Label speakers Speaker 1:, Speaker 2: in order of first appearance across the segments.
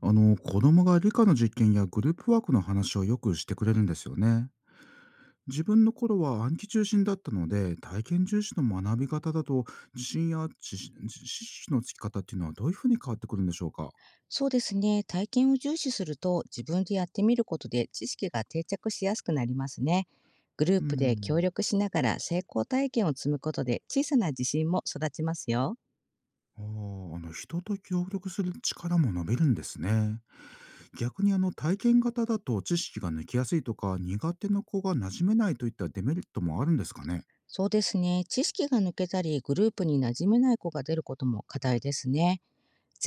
Speaker 1: 子供が理科の実験やグループワークの話をよくしてくれるんですよね。自分の頃は暗記中心だったので、体験重視の学び方だと、自信や知識のつき方っていうのはどういうふうに変わってくるんでしょうか。
Speaker 2: そうですね。体験を重視すると自分でやってみることで知識が定着しやすくなりますね。グルー
Speaker 1: う
Speaker 2: プで協
Speaker 1: ん。
Speaker 2: 力しながら成功体験を積むことで小さな自信も育ちますよ。
Speaker 1: ああ、人と協力する力も伸びるんですね。逆に体験型だと知識が抜きやすいとか、苦手な子が馴染めないといったデメリットもあるんですかね。
Speaker 2: そうですね。知識が抜けたりグループに馴染めない子が出ることも課題ですね。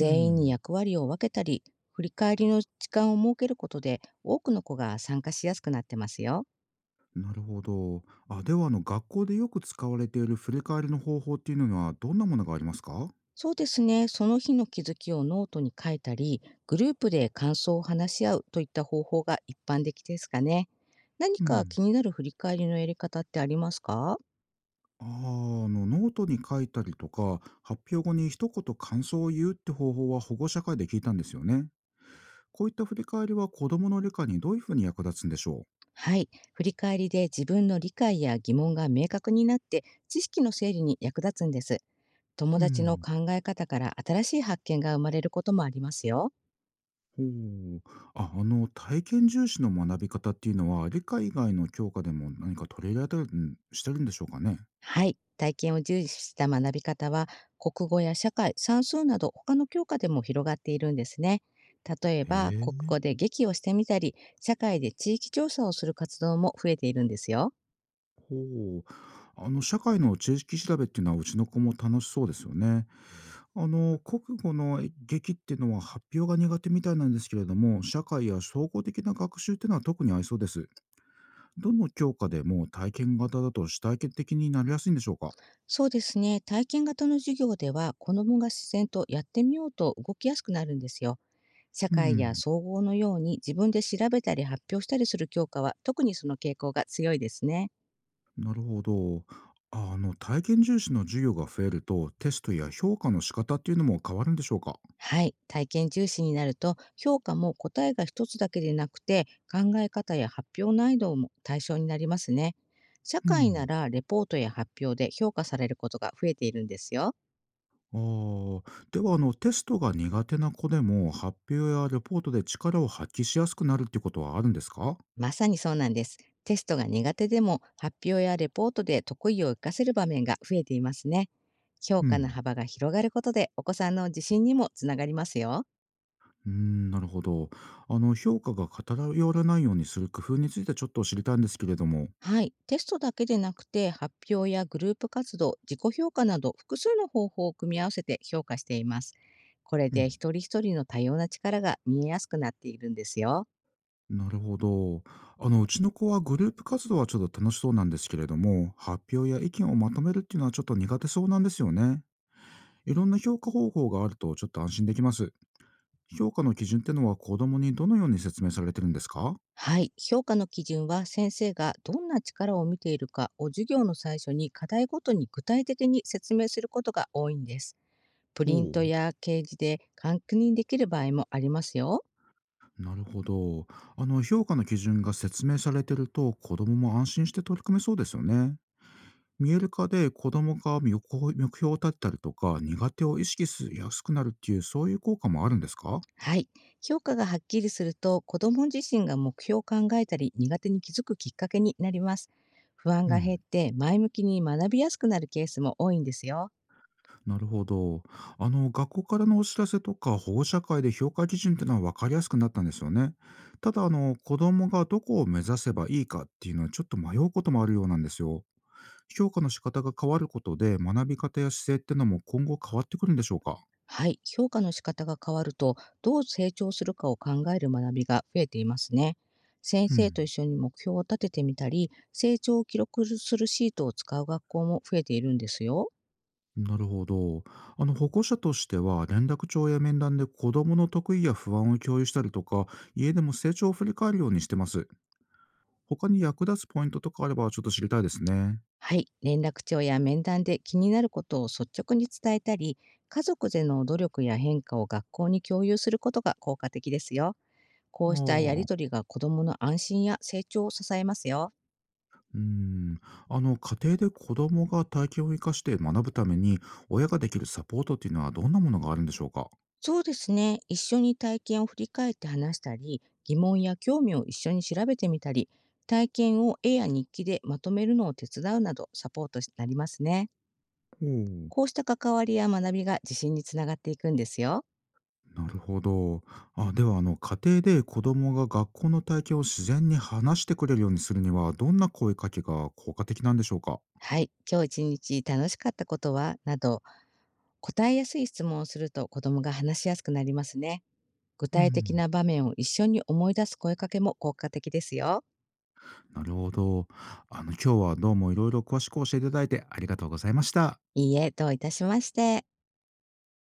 Speaker 1: う
Speaker 2: 員に
Speaker 1: ん。
Speaker 2: 役割を分けたり、振り返りの時間を設けることで多くの子が参加しやすくなってますよ。
Speaker 1: なるほど。あ、では学校でよく使われている振り返りの方法っていうのはどんなものがありますか？
Speaker 2: そうですね。その日の気づきをノートに書いたり、グループで感想を話し合うといった方法が一般的ですかね。何
Speaker 1: う
Speaker 2: か
Speaker 1: ん。
Speaker 2: 気になる振り返りのやり方ってありますか？
Speaker 1: ああ、あのノートに書いたりとか、発表後に一言感想を言うって方法は保護者会で聞いたんですよね。こういった振り返りは子どもの理解にどういうふうに役立つんでしょ
Speaker 2: はい。振り返りで自分の理解や疑問が明確になって、知識の整理に役立つんです。友
Speaker 1: う。う
Speaker 2: 達の
Speaker 1: ん。
Speaker 2: 考え方から新しい発見が生まれることもありますよ。
Speaker 1: ほう。あ、体験重視の学び方っていうのは理科以外の教科でも何か取り入れられたりしてるんでしょうかね？
Speaker 2: はい、体験を重視した学び方は、国語や社会、算数など他の教科でも広がっているんですね。例え
Speaker 1: へ
Speaker 2: ば、国
Speaker 1: え。
Speaker 2: 語で劇をしてみたり、社会で地域調査をする活動も増えているんですよ。
Speaker 1: ほう。あの、社会の知識調べっていうのはうちの子も楽しそうですよね。あの、国語の劇っていうのは発表が苦手みたいなんですけれども、社会や総合的な学習っていうのは特に合いそうです。どの教科でも体験型だと主体験的になりやすいんでしょうか。
Speaker 2: そうですね、体験型の授業では、子どもが自然とやってみようと動きやすくなるんですよ。社
Speaker 1: う
Speaker 2: 会や
Speaker 1: ん、
Speaker 2: 総合のように自分で調べたり発表したりする教科は特にその傾向が強いですね。
Speaker 1: なるほど。あの、体験重視の授業が増えると、テストや評価の仕方っていうのも変わるんでしょうか。
Speaker 2: はい、体験重視になると評価も答えが一つだけでなくて、考え方や発表難易度も対象になりますね。社
Speaker 1: う
Speaker 2: 会な
Speaker 1: ん。
Speaker 2: らレポートや発表で評価されることが増えているんですよ。
Speaker 1: ああ、ではテストが苦手な子でも発表やレポートで力を発揮しやすくなるってことはあるんですか。
Speaker 2: まさにそうなんです。テストが苦手でも発表やレポートで得意を活かせる場面が増えていますね。評
Speaker 1: う
Speaker 2: 価の
Speaker 1: ん。
Speaker 2: 幅が広がることでお子さんの自信にもつながりますよ。
Speaker 1: うーん、なるほど。あの評価が偏らないようにする工夫についてちょっと知りたいんですけれども。
Speaker 2: はい、テストだけでなくて発表やグループ活動、自己評価など複数の方法を組み合わせて評価しています。これ
Speaker 1: う
Speaker 2: で
Speaker 1: ん。
Speaker 2: 一人一人の多様な力が見えやすくなっているんですよ。
Speaker 1: なるほど。あのうちの子はグループ活動はちょっと楽しそうなんですけれども、発表や意見をまとめるっていうのはちょっと苦手そうなんですよね。いろんな評価方法があるとちょっと安心できます。評価の基準ってのは子供にどのように説明されてるんですか。
Speaker 2: はい、評価の基準は先生がどんな力を見ているかを、授業の最初に課題ごとに具体的に説明することが多いんです。プリン
Speaker 1: ほ
Speaker 2: ト
Speaker 1: う。
Speaker 2: や掲示で確認できる場合もありますよ。
Speaker 1: なるほど。あの、評価の基準が説明されてると、子供も安心して取り組めそうですよね。見える化で子供が目標を立てたりとか、苦手を意識しやすくなるっていう、そういう効果もあるんですか。
Speaker 2: はい。評価がはっきりすると、子ども自身が目標を考えたり、苦手に気づくきっかけになります。不安
Speaker 1: う
Speaker 2: が減っ
Speaker 1: ん。
Speaker 2: て、前向きに学びやすくなるケースも多いんですよ。
Speaker 1: なるほど。あの、学校からのお知らせとか、保護者会で評価基準っていうのは分かりやすくなったんですよね。ただ、子供がどこを目指せばいいかっていうのは、ちょっと迷うこともあるようなんですよ。評価の仕方が変わることで、学び方や姿勢っていうのも今後変わってくるんでしょうか。
Speaker 2: はい、評価の仕方が変わると、どう成長するかを考える学びが増えていますね。先
Speaker 1: う
Speaker 2: 生と
Speaker 1: ん、
Speaker 2: 一緒に目標を立ててみたり、成長を記録するシートを使う学校も増えているんですよ。
Speaker 1: なるほど。あの保護者としては連絡帳や面談で子どもの得意や不安を共有したりとか、家でも成長を振り返るようにしてます。他に役立つポイントとかあればちょっと知りたいですね。
Speaker 2: はい、連絡帳や面談で気になることを率直に伝えたり、家族での努力や変化を学校に共有することが効果的ですよ。こ
Speaker 1: あ
Speaker 2: うしたやり
Speaker 1: あ、
Speaker 2: とりが子どもの安心や成長を支えますよ。
Speaker 1: うん。あの家庭で子どもが体験を生かして学ぶために親ができるサポートっていうのはどんなものがあるんでしょうか。
Speaker 2: そうですね。一緒に体験を振り返って話したり、疑問や興味を一緒に調べてみたり、体験を絵や日記でまとめるのを手伝うなどサポートになりますね。
Speaker 1: ほう。
Speaker 2: こうした関わりや学びが自信につながっていくんですよ。
Speaker 1: なるほど。あ、では家庭で子どもが学校の体験を自然に話してくれるようにするにはどんな声かけが効果的なんでしょうか。
Speaker 2: はい。今日一日楽しかったことはなど、答えやすい質問をすると子どもが話しやすくなりますね。具
Speaker 1: う
Speaker 2: 体的
Speaker 1: ん、
Speaker 2: な場面を一緒に思い出す声かけも効果的ですよ。
Speaker 1: なるほど。あの、今日はどうもいろいろ詳しく教えていただいてありがとうございました。
Speaker 2: いいえ、どういたしまして。